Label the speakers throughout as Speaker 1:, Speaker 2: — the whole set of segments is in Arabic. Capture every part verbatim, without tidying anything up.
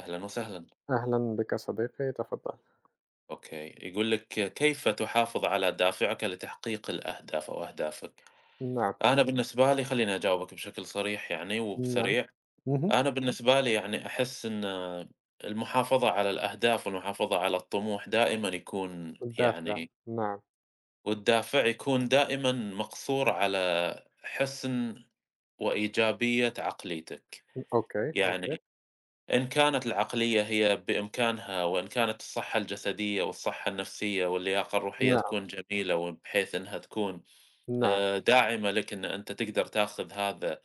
Speaker 1: أهلًا وسهلًا،
Speaker 2: أهلًا بك صديقي، تفضّل.
Speaker 1: أوكي، يقول لك كيف تحافظ على دافعك لتحقيق الأهداف أو أهدافك؟
Speaker 2: نعم،
Speaker 1: أنا بالنسبة لي خلّيني أجاوبك بشكل صريح يعني
Speaker 2: نعم.
Speaker 1: وبسريع.
Speaker 2: اهم.
Speaker 1: أنا بالنسبة لي يعني أحس إن المحافظة على الأهداف والمحافظة على الطموح دائمًا يكون
Speaker 2: الدافع،
Speaker 1: يعني
Speaker 2: نعم.
Speaker 1: والدافع يكون دائمًا مقصور على حسن وإيجابية عقليتك،
Speaker 2: أوكي، أوكي.
Speaker 1: يعني إن كانت العقلية هي بإمكانها، وإن كانت الصحة الجسدية والصحة النفسية واللياقة الروحية
Speaker 2: نعم،
Speaker 1: تكون جميلة، وبحيث إنها تكون
Speaker 2: نعم،
Speaker 1: آآ داعمة لك إن أنت تقدر تاخذ هذا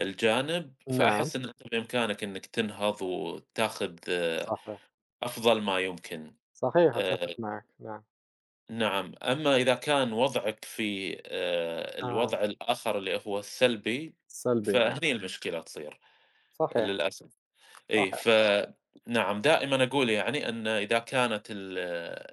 Speaker 1: الجانب،
Speaker 2: نعم.
Speaker 1: فأحس إن أنت بإمكانك إنك تنهض وتاخذ آه،
Speaker 2: صحيح،
Speaker 1: أفضل ما يمكن.
Speaker 2: صحيح، أتفق
Speaker 1: آآ
Speaker 2: معك، نعم.
Speaker 1: نعم، أما إذا كان وضعك في آآ
Speaker 2: آه،
Speaker 1: الوضع الآخر اللي هو السلبي،
Speaker 2: سلبي، نعم.
Speaker 1: فهني المشكلة تصير
Speaker 2: صحيح،
Speaker 1: للأسف. إي،
Speaker 2: صحيح.
Speaker 1: فنعم دائمًا أقول يعني أن إذا كانت ال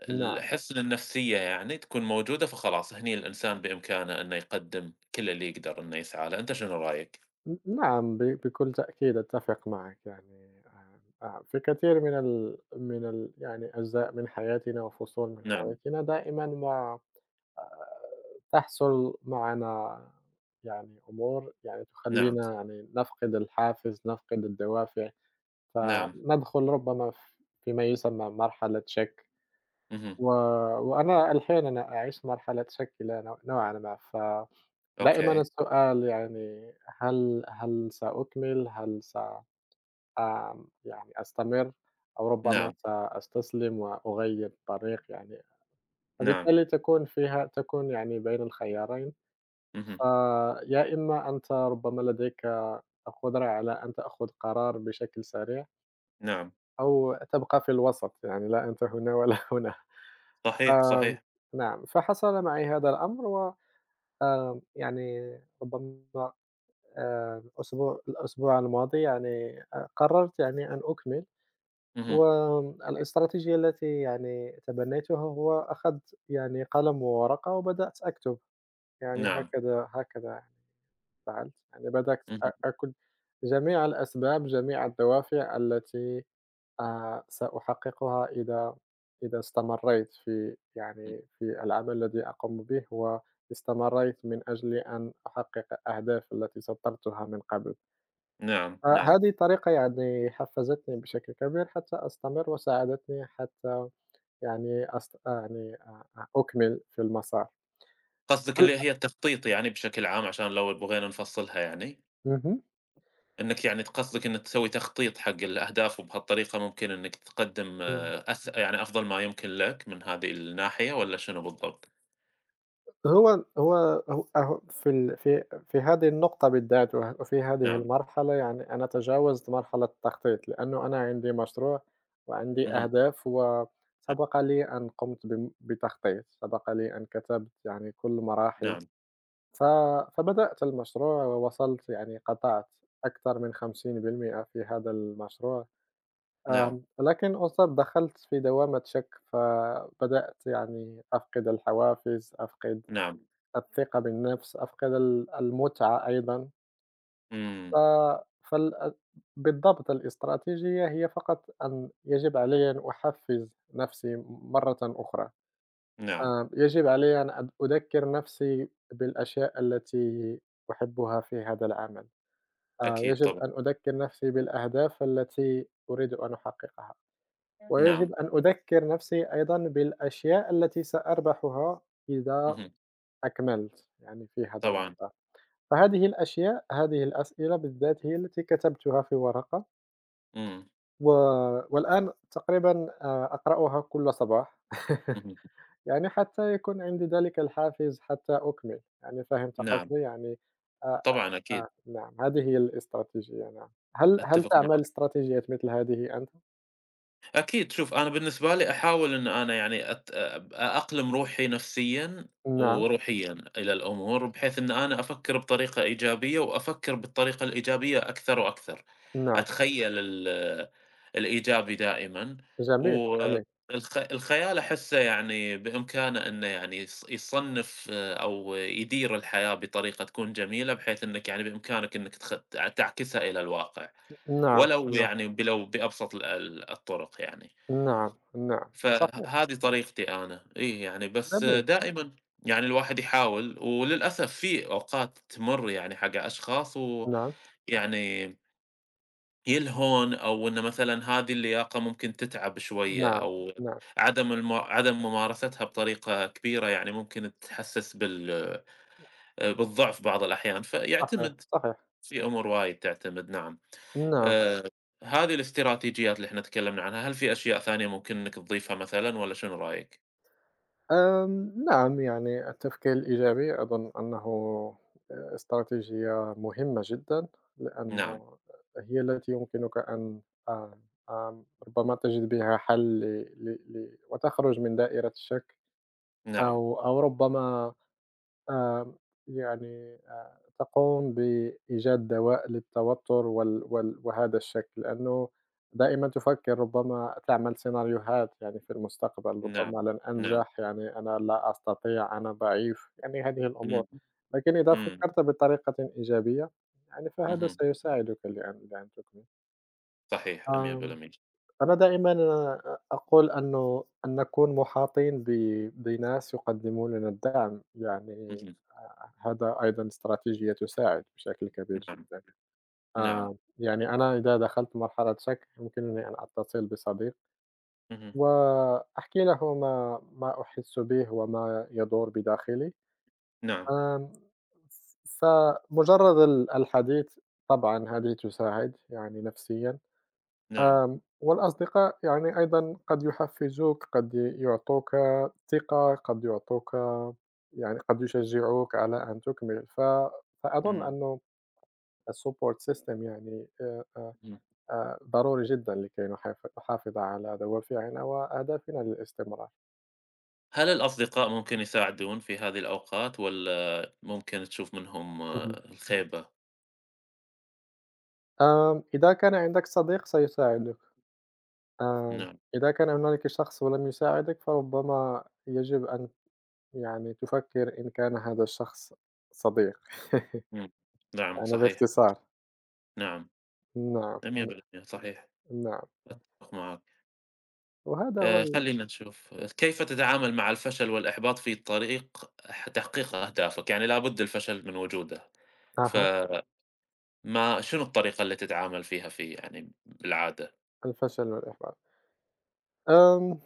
Speaker 2: نعم،
Speaker 1: الحِسْن النفسية يعني تكون موجودة فخلاص هني الإنسان بإمكانه إنه يقدّم كل اللي يقدر إنه يسعى له. أنت شنو رأيك؟
Speaker 2: ن نعم، ب بكل تأكيد أتفق معك يعني آآ، آه، في كثير من ال من ال يعني أجزاء من حياتنا وفصول من
Speaker 1: نعم،
Speaker 2: حياتنا دائمًا ما تحصل معنا يعني أمور يعني
Speaker 1: نعم،
Speaker 2: تخلّينا يعني نفقد الحافز، نفقد الدوافع،
Speaker 1: نعم،
Speaker 2: فندخل ربما ف فيما يسمى مرحلة شَك،
Speaker 1: اهم،
Speaker 2: و وأنا أحيانًا أعيش مرحلة شَك إلى نوع نوعًا ما، فدائمًا
Speaker 1: أوكي،
Speaker 2: السؤال يعني هل هل سأكمل، هل س آمم، يعني أستمر أو ربما
Speaker 1: نعم،
Speaker 2: سأستسلم وأغيّر الطريق يعني،
Speaker 1: نعم،
Speaker 2: فبالتالي تكون فيها تكون يعني بين الخيارين.
Speaker 1: اهم،
Speaker 2: فيا إما أنت ربما لديك القدرة على أن تأخذ قرار بشكل سريع،
Speaker 1: نعم،
Speaker 2: أو تبقى في الوسط، يعني لا أنت هنا ولا هنا.
Speaker 1: صحيح،
Speaker 2: آمم،
Speaker 1: صحيح،
Speaker 2: نعم، فحصل معي هذا الأمر و آمم، يعني ربما آآ الأسبوع الأسبوع الماضي يعني آآ قررت يعني أن أكمل،
Speaker 1: اهم،
Speaker 2: والاستراتيجية التي يعني تبنيتها هو أخذت يعني قلم وورقة وبدأت أكتب، يعني
Speaker 1: نعم،
Speaker 2: هكذا هكذا. يعني. فعلت، يعني بدأت أ
Speaker 1: اهم،
Speaker 2: آكل جميع الأسباب، جميع الدوافع التي آآ سأحققها إذا إذا استمرّيت في
Speaker 1: اهم،
Speaker 2: يعني في العمل الذي أقوم به، واستمرّيت من أجل أن أحقق الأهداف التي سطّرتها من قبل.
Speaker 1: نعم، نعم.
Speaker 2: فهذه الطريقة يعني حفّزتني بشكل كبير حتى أستمر، وساعدتني حتى يعني أست آه، يعني أ أ أكمل في المسار.
Speaker 1: قصدِك
Speaker 2: هل
Speaker 1: اللي هي التخطيط يعني بشكل عام عشان لو بغينا نفصّلها يعني؟
Speaker 2: اهم،
Speaker 1: إنك يعني ت قصدِك إنك تسوي تخطيط حق الأهداف، وبهالطريقة ممكن إنك تقدّم
Speaker 2: إمم.
Speaker 1: آه، أس يعني أفضل ما يمكن لك من هذه الناحية والّا شنو بالضبط؟
Speaker 2: هو هو هو هو في ال في في هذه النقطة بالذات وه وفي هذه
Speaker 1: نعم،
Speaker 2: المرحلة يعني أنا تجاوزت مرحلة التخطيط، لأنه أنا عندي مشروع وعندي
Speaker 1: اهم،
Speaker 2: أهداف
Speaker 1: ن
Speaker 2: وسبق لي أن قمت بم بتخطيط، سبق لي أن كتبت يعني كل مراحل،
Speaker 1: نعم،
Speaker 2: ف فبدأت المشروع ووصلت يعني قطعت أكثر من خمسين بالمئة في هذا المشروع،
Speaker 1: نعم،
Speaker 2: آمم، ولكن أصاب دخلت في دوامة شك، فبدأت يعني أفقد الحوافز، أفقد
Speaker 1: نعم،
Speaker 2: الثقة بالنفس، أفقد ال المتعة أيضًا، ف
Speaker 1: إمم،
Speaker 2: فال بالضبط الاستراتيجية هي فقط أن يجب علي أن أحفّز نفسي مرة أخرى،
Speaker 1: نعم،
Speaker 2: آآ يجب علي أن أد أذكّر نفسي بالأشياء التي أحبّها في هذا العمل، آآ
Speaker 1: أكيد
Speaker 2: يجب أن
Speaker 1: طبعًا،
Speaker 2: أذكّر نفسي بالأهداف التي أريد أن أحققها،
Speaker 1: نعم،
Speaker 2: ويجب أن أذكّر نفسي أيضًا بالأشياء التي سأربحها إذا
Speaker 1: اهم،
Speaker 2: أكملت يعني في هذا
Speaker 1: طبعًا،
Speaker 2: المسار. فهذه الأشياء، هذه الأسئلة بالذات هي التي كتبتها في ورقة،
Speaker 1: إمم،
Speaker 2: و والآن تقريبًا آآ أقرأها كل صباح
Speaker 1: اهم،
Speaker 2: يعني حتى يكون عندي ذلك الحافز حتى أكمل، يعني فهمت
Speaker 1: نعم،
Speaker 2: قصدي؟ يعني آآ آه،
Speaker 1: طبعًا أكيد،
Speaker 2: آه، نعم، هذه هي الاستراتيجية نعم. هل هل
Speaker 1: أتّفق
Speaker 2: تعمل
Speaker 1: معاك.
Speaker 2: استراتيجيات مثل هذه أنت؟
Speaker 1: أكيد، شوف أنا بالنسبة لي أحاول إن أنا يعني أت أب أأقلم روحي نفسيًا
Speaker 2: نعم،
Speaker 1: وروحيًا إلى الأمور، بحيث إن أنا أفكّر بطريقة إيجابية وأفكّر بالطريقة الإيجابية أكثر وأكثر،
Speaker 2: نعم،
Speaker 1: أتخيّل ال الإيجابي دائمًا.
Speaker 2: جميل، جميل.
Speaker 1: والخ الخيال أحسّه يعني بإمكانه إنه يعني يص يصنّف آه، أو يدير الحياة بطريقة تكون جميلة، بحيث إنك يعني بإمكانك إنك تخ تعكسها إلى الواقع،
Speaker 2: نعم،
Speaker 1: ولو
Speaker 2: نعم،
Speaker 1: يعني بلو بأبسط ال ال الطرق يعني.
Speaker 2: نعم، نعم، صحيح،
Speaker 1: فهذه طريقتي أنا، إيه يعني بس
Speaker 2: جميل،
Speaker 1: دائمًا يعني الواحد يحاول، وللأسف في أوقات تمر يعني حق أشخاص
Speaker 2: نعم،
Speaker 1: ويعني يلهون أو إنه مثلًا هذه اللياقة ممكن تتعب شوية
Speaker 2: نعم،
Speaker 1: أو
Speaker 2: نعم،
Speaker 1: عدم الم عدم ممارستها بطريقة كبيرة يعني ممكن تحسّس بال آآ بالضعف بعض الأحيان،
Speaker 2: صحيح،
Speaker 1: فيعتمد
Speaker 2: صحيح،
Speaker 1: في أمور وايد تعتمد نعم.
Speaker 2: نعم.
Speaker 1: آآ هذه الاستراتيجيات اللي إحنا تكلمنا عنها، هل في أشياء ثانية ممكن إنِّك تضيفها مثلًا والّا شنو رأيك؟
Speaker 2: آمم، نعم، يعني التفكير الإيجابي أظن أنه آه، استراتيجية مهمة جدًا،
Speaker 1: نعم.
Speaker 2: لأنه هي التي يمكنك أن آمم، آمم، ربما تجد بها حل ل ل ل وتخرج من دائرة الشك
Speaker 1: نعم،
Speaker 2: أو أو ربما آمم، يعني آآ تقوم بإيجاد دواء للتوتر وال وال وهذا الشك، لأنه دائمًا تفكر ربما تعمل سيناريوهات يعني في المستقبل،
Speaker 1: نعم،
Speaker 2: ربما لن
Speaker 1: نعم،
Speaker 2: أنجح، يعني أنا لا أستطيع، أنا ضعيف، يعني هذه الأمور،
Speaker 1: إمم،
Speaker 2: لكن إذا
Speaker 1: إمم،
Speaker 2: فكرت بطريقة إيجابية يعني فهذا
Speaker 1: اهم،
Speaker 2: سيساعدك لأن لأن تكمل.
Speaker 1: صحيح
Speaker 2: آمم
Speaker 1: مية بالمية.
Speaker 2: أنا دائمًا أ أقول أنه أن نكون محاطين ب بناس يقدمون لنا الدعم، يعني
Speaker 1: اهم،
Speaker 2: ه هذا أيضًا استراتيجية تساعد بشكل كبير
Speaker 1: نعم،
Speaker 2: جدًا.
Speaker 1: نعم،
Speaker 2: آآ، يعني أنا إذا دخلت مرحلة شك يمكنني أن أتصل بصديق
Speaker 1: اهم،
Speaker 2: وأحكي له ما ما أحس به وما يدور بداخلي،
Speaker 1: نعم،
Speaker 2: آمم، ف فمجرد ال الحديث طبعًا هذه تساعد يعني نفسيًا.
Speaker 1: نعم،
Speaker 2: آمم، والأصدقاء يعني أيضًا قد يحفّزوك، قد يعطوك ثقة، قد يعطوك يعني قد يشجّعوك على أن تكمل، ف فأظن
Speaker 1: إمم،
Speaker 2: أنه الsupport system يعني آآ، آآ،
Speaker 1: إمم.
Speaker 2: آآ، ضروري جدًا لكي نحاف نحافظ على دوافعنا وأهدافنا للاستمرار.
Speaker 1: هل الأصدقاء ممكن يساعدون في هذه الأوقات والّا ممكن تشوف منهم
Speaker 2: اهم.
Speaker 1: آه، الخيبة؟
Speaker 2: آمم، إذا كان عندك صديق سيساعدك، آمم،
Speaker 1: نعم،
Speaker 2: إذا كان هنالك شخص ولم يساعدك فربما يجب أن يعني تفكّر إن كان هذا الشخص صديق.
Speaker 1: إمم، نعم،
Speaker 2: يعني
Speaker 1: صحيح،
Speaker 2: باختصار،
Speaker 1: نعم،
Speaker 2: نعم، ن
Speaker 1: مية بالمية صحيح،
Speaker 2: نعم،
Speaker 1: أتفق معاك.
Speaker 2: وهذا هو
Speaker 1: آآ،
Speaker 2: ال
Speaker 1: خلّينا نشوف كيف تتعامل مع الفشل والإحباط في طريق ح تحقيق أهدافك؟ يعني لابد الفشل من وجوده. ف
Speaker 2: أها،
Speaker 1: ما شنو الطريقة اللي تتعامل فيها فيه يعني بالعادة؟
Speaker 2: الفشل والإحباط. آمم،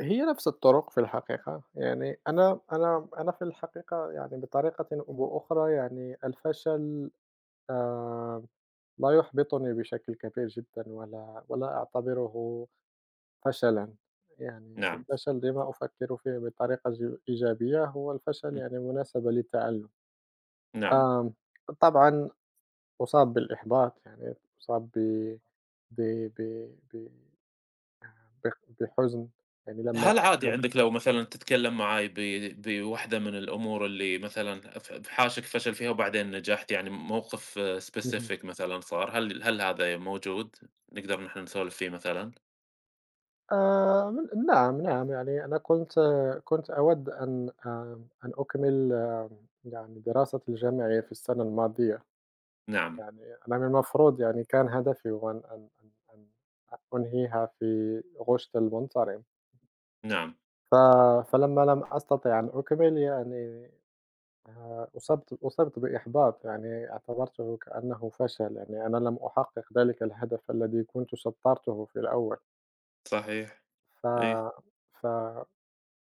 Speaker 2: هي نفس الطرق في الحقيقة، يعني أنا أنا أنا في الحقيقة يعني بطريقة وأخرى يعني الفشل آآ، لا يحبطني بشكل كبير جدًا ولا ولا أعتبره فشلًا، يعني
Speaker 1: نعم،
Speaker 2: الفشل لما أفكر فيه بطريقة ج إيجابية هو الفشل
Speaker 1: ن
Speaker 2: يعني مناسبة للتعلم.
Speaker 1: نعم.
Speaker 2: آمم، طبعًا أُصاب بالإحباط، يعني أُصاب ب ب ب ب بخ بحزن يعني لمّا
Speaker 1: هل عادي
Speaker 2: أفشل.
Speaker 1: عندك لو مثلًا تتكلم معاي ب بواحدة من الأمور اللي مثلًا ف بحاشك فشل فيها وبعدين نجحت، يعني موقف
Speaker 2: اهم.
Speaker 1: specific مثلًا صار، هل هل هذا موجود؟ نقدر نحن نسولف فيه مثلًا؟
Speaker 2: آآ ن نعم، نعم، يعني أنا كنت كنت أود أن آمم أن أكمل آه، يعني دراستي الجامعية في السنة الماضية،
Speaker 1: نعم،
Speaker 2: يعني أنا من المفروض يعني كان هدفي هو أن أن أن أن أنهيها في غُشّة المنصرم،
Speaker 1: نعم،
Speaker 2: ف فلمّا لم أستطع أن أكمل يعني آآ أُصبت أُصبت بإحباط، يعني اعتبرته كأنه فشل، يعني أنا لم أحقق ذلك الهدف الذي كنت سطرته في الأول،
Speaker 1: صحيح،
Speaker 2: ف
Speaker 1: أي،
Speaker 2: ف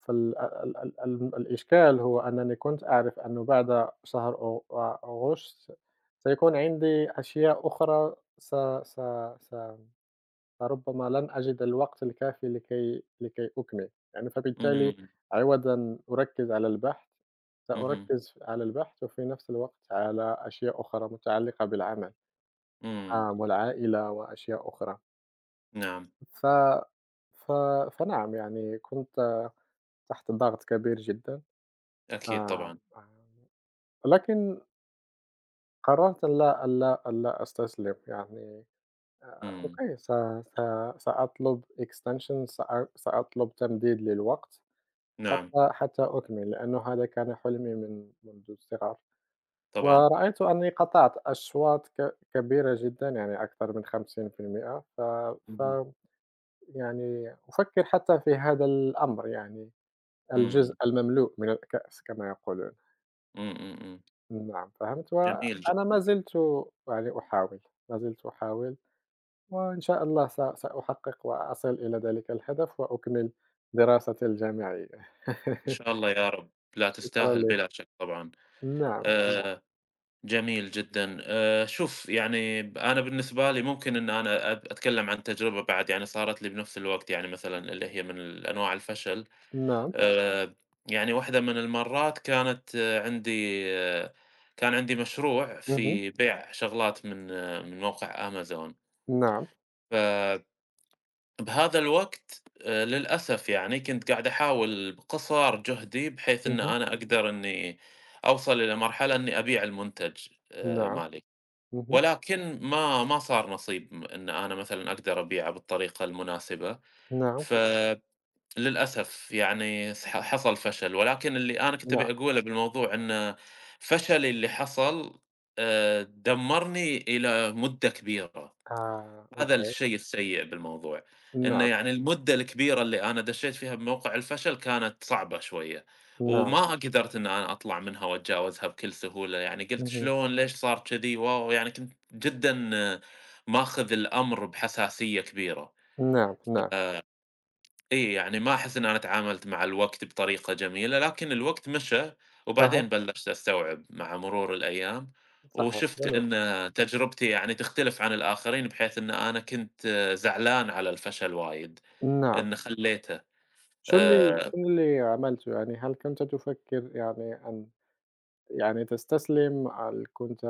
Speaker 2: فال ال ال ال الإشكال هو أنني كنت أعرف أنه بعد شهر أو أ أغسطس سيكون عندي أشياء أخرى س س س فربما لن أجد الوقت الكافي لكي لكي أكمل، يعني فبالتالي
Speaker 1: إمم،
Speaker 2: عوض أن أركّز على البحث،
Speaker 1: اهم،
Speaker 2: سأركّز على البحث وفي نفس الوقت على أشياء أخرى متعلقة بالعمل،
Speaker 1: إمم،
Speaker 2: آمم، والعائلة وأشياء أخرى.
Speaker 1: نعم،
Speaker 2: ف ف فنعم يعني كنت تحت ضغط كبير جدًا،
Speaker 1: أكيد
Speaker 2: آمم،
Speaker 1: طبعًا،
Speaker 2: آمم، ولكن قررت ألّا ألّا ألّا أستسلم يعني آآ،
Speaker 1: إمم،
Speaker 2: أوكي س س سأطلب extension سأ سأطلب تمديد للوقت.
Speaker 1: نعم،
Speaker 2: حتى حتى أكمل، لأنه هذا كان حلمي من منذ الصغر،
Speaker 1: طبعًا،
Speaker 2: ورأيت أني قطعت أشواط ك كبيرة جدًا، يعني أكثر من خمسين في المية ف ف
Speaker 1: اهم،
Speaker 2: يعني أفكر حتى في هذا الأمر، يعني الجزء
Speaker 1: إمم،
Speaker 2: المملوء من الكأس كما يقولون،
Speaker 1: إمم، إمم، إمم،
Speaker 2: نعم فهمت،
Speaker 1: جميل
Speaker 2: وأنا ما
Speaker 1: جدًا.
Speaker 2: زلت يعني أحاول، ما زلت أحاول، وإن شاء الله س سأحقق وأصل إلى ذلك الهدف وأكمل دراستي الجامعية.
Speaker 1: إن شاء الله يا رب، لا
Speaker 2: شكرًا
Speaker 1: تستاهل بلا
Speaker 2: لك.
Speaker 1: شك طبعًا.
Speaker 2: نعم، نعم.
Speaker 1: آآ، جميل جدًا. آآ، شوف يعني ب أنا بالنسبة لي ممكن إن أنا أت أتكلم عن تجربة بعد يعني صارت لي بنفس الوقت يعني مثلًا اللي هي من ال أنواع الفشل.
Speaker 2: نعم.
Speaker 1: آآ، يعني واحدة من المرات كانت آه، عندي آه كان عندي مشروع
Speaker 2: اهم،
Speaker 1: في بيع شغلات من آه من موقع Amazon.
Speaker 2: نعم،
Speaker 1: ف بهذا الوقت آآ للأسف يعني كنت قاعد أحاول بقصارى جهدي بحيث إن
Speaker 2: اهم،
Speaker 1: أنا أقدر إني أوصل إلى مرحلة إني أبيع المنتج آآ
Speaker 2: نعم،
Speaker 1: مالي،
Speaker 2: اهم،
Speaker 1: ولكن ما ما صار نصيب م إن أنا مثلًا أقدر أبيعه بالطريقة المناسبة،
Speaker 2: نعم،
Speaker 1: فللأسف يعني س ح حصل فشل، ولكن اللي أنا كنت
Speaker 2: نعم،
Speaker 1: أبي أقوله بالموضوع إن فشلي اللي حصل آآ دمّرني إلى مدة كبيرة.
Speaker 2: آه،
Speaker 1: هذا
Speaker 2: أوكي،
Speaker 1: الشيء السيء بالموضوع، إنه
Speaker 2: نعم،
Speaker 1: يعني المدة الكبيرة اللي أنا دشيت فيها بموقع الفشل كانت صعبة شوية،
Speaker 2: نعم،
Speaker 1: وما قدرت إن أنا أطلع منها وأتجاوزها بكل سهولة، يعني قلت
Speaker 2: اهم،
Speaker 1: شلون ليش صار كذي، واو! يعني كنت جدًا آه، ماخذ الأمر بحساسية كبيرة.
Speaker 2: نعم، نعم،
Speaker 1: إي، يعني ما أحس إن أنا تعاملت مع الوقت بطريقة جميلة، لكن الوقت مشى
Speaker 2: أها،
Speaker 1: وبعدين بلشت أستوعب مع مرور الأيام،
Speaker 2: صحيح،
Speaker 1: وشُفت
Speaker 2: جميل،
Speaker 1: إن تجربتي يعني تختلف عن الآخرين، بحيث إن أنا كنت آه، زعلان على الفشل وايد،
Speaker 2: نعم،
Speaker 1: إن خلّيته
Speaker 2: شو اللي
Speaker 1: آآ
Speaker 2: شنو اللي عملته يعني؟ هل كنت تفكر يعني أن يعني تستسلم؟ هل كنت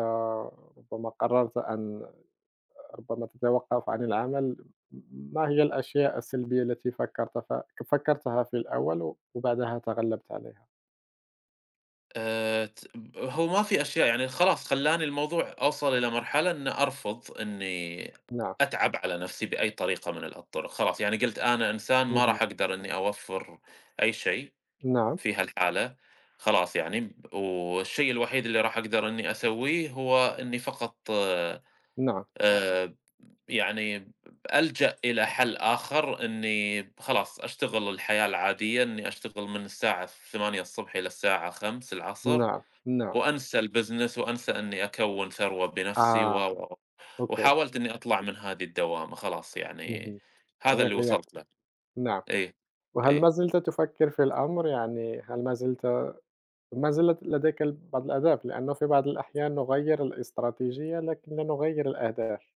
Speaker 2: ربما قررت أن ربما تتوقف عن العمل؟ ما هي الأشياء السلبية التي فكرت ف فكرتها في الأول وبعدها تغلبت عليها؟
Speaker 1: آآ ت هو ما في أشياء يعني خلاص خلّاني الموضوع أوصل إلى مرحلة إن أرفض إني
Speaker 2: نعم،
Speaker 1: أتعب على نفسي بأي طريقة من الأطرق، خلاص يعني قُلت أنا إنسان ما
Speaker 2: اهم،
Speaker 1: راح أقدر إني أوفّر أي شيء.
Speaker 2: نعم،
Speaker 1: في هالحالة خلاص يعني ب والشيء الوحيد اللي راح أقدر إني أسويه هو إني فقط
Speaker 2: نعم.
Speaker 1: آآ يعني ألجأ إلى حل آخر إني خلاص أشتغل الحياة العادية، إني أشتغل من الساعة الثامنة صباحًا ص إلى الساعة الخامسة
Speaker 2: نعم، نعم.
Speaker 1: وأنسى الbusiness وأنسى إني أكوّن ثروة بنفسي و،
Speaker 2: آه،
Speaker 1: و، و.
Speaker 2: أوكي،
Speaker 1: وحاولت إني أطلع من هذه الدوامة خلاص يعني
Speaker 2: اهم.
Speaker 1: هذا
Speaker 2: يعني
Speaker 1: اللي
Speaker 2: غيّرت،
Speaker 1: وصلت له.
Speaker 2: نعم.
Speaker 1: إيه،
Speaker 2: وهل ما
Speaker 1: إيه.
Speaker 2: زلت تفكّر في الأمر؟ يعني هل ما زلت ما زالت لديك ال بعض الأهداف؟ لأنه في بعض الأحيان نغيّر الاستراتيجية، لكن لا نغيّر الأهداف.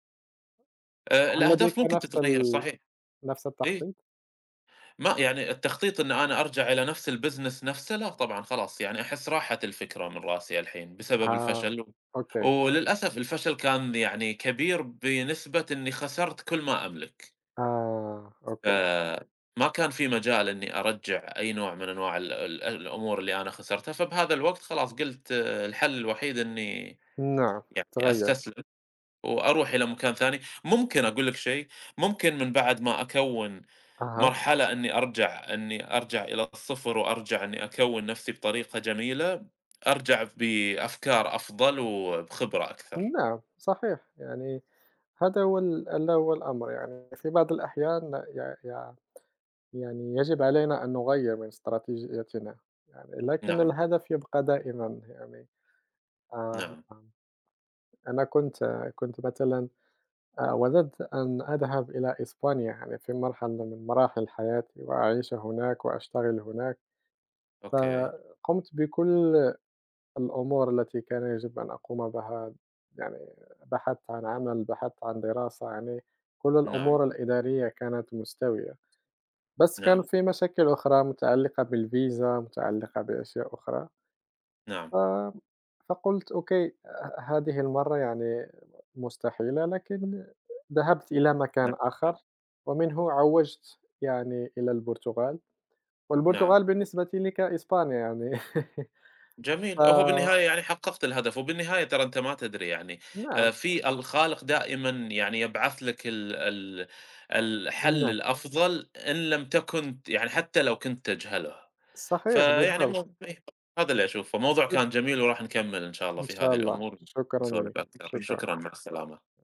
Speaker 1: آآ
Speaker 2: هل لديك
Speaker 1: الأهداف ممكن
Speaker 2: نفس
Speaker 1: تتغيّر
Speaker 2: ال
Speaker 1: صحيح.
Speaker 2: نفس
Speaker 1: إيه.
Speaker 2: التخطيط؟
Speaker 1: ما يعني التخطيط إن أنا أرجع إلى نفس الbusiness نفسه، لأ طبعًا خلاص يعني أحس راحت الفكرة من راسي الحين بسبب
Speaker 2: آه،
Speaker 1: الفشل، و-
Speaker 2: أوكي.
Speaker 1: وللأسف الفشل كان يعني كبير بنسبة إني خسرت كل ما أملك،
Speaker 2: آه، أوكي.
Speaker 1: فما كان في مجال إني أرجّع أي نوع من أنواع ال ال الأمور اللي أنا خسرتها، فبهذا الوقت خلاص قلت آه، الحل الوحيد إني
Speaker 2: نعم،
Speaker 1: يعني
Speaker 2: تغيّر.
Speaker 1: أستسلم وأروح إلى مكان ثاني، ممكن أقول لك شيء، ممكن من بعد ما أكوّن
Speaker 2: أها،
Speaker 1: مرحلة إني أرجع إني أرجع إلى الصفر وأرجع إني أكوّن نفْسي بطريقة جميلة، أرجع بأفكار أفضل وبخبرة أكثر.
Speaker 2: نعم، صحيح. يعني هذا هو ال ألا هو الأمر، يعني في بعض الأحيان يع يع يعني يجب علينا أن نغيّر من استراتيجيتنا يعني، لكن
Speaker 1: نعم،
Speaker 2: الهدف يبقى دائمًا يعني آمم،
Speaker 1: نعم،
Speaker 2: آمم، أنا كنت آه، كنت مثلًا آآ، وددت أن أذهب إلى إسبانيا يعني في مرحلة من مراحل حياتي وأعيش هناك وأشتغل هناك،
Speaker 1: أوكي،
Speaker 2: فقمت بكل الأمور التي كان يجب أن أقوم بها يعني بحثت عن عمل، بحثت عن دراسة، يعني كل
Speaker 1: نعم،
Speaker 2: الأمور الإدارية كانت مستوية. بس كان
Speaker 1: نعم،
Speaker 2: في مشاكل أخرى متعلقة بالفيزا، متعلقة بأشياء أخرى، ف
Speaker 1: نعم،
Speaker 2: فقُلت أوكي ه هذه المرّة يعني مستحيلة، لكن ذهبت إلى مكان
Speaker 1: نعم،
Speaker 2: آخر،
Speaker 1: نعم،
Speaker 2: ومنه عوّجت يعني إلى البرتغال،
Speaker 1: نعم،
Speaker 2: والبرتغال بالنسبة لي كإسبانيا يعني ف
Speaker 1: جميل. هو بالنهاية يعني حققت الهدف، وبالنهاية ترى أنت ما تدري يعني آآ،
Speaker 2: نعم،
Speaker 1: في الخالق دائمًا يعني يبعث لك ال ال الحل
Speaker 2: نعم،
Speaker 1: الأفضل إن لم تكن يعني حتى لو كنت تجهله.
Speaker 2: صحيح
Speaker 1: فيعني
Speaker 2: بالضبط،
Speaker 1: مو إيه، هذا اللي أشوفه. موضوع كان جميل وراح نكمّل إن شاء الله
Speaker 2: إن
Speaker 1: في
Speaker 2: شاء
Speaker 1: هذه
Speaker 2: الله،
Speaker 1: الأمور،
Speaker 2: شكرًا
Speaker 1: نسولف
Speaker 2: ليك،
Speaker 1: أكثر.
Speaker 2: شكرًا.
Speaker 1: شكرًا، مع السلامة.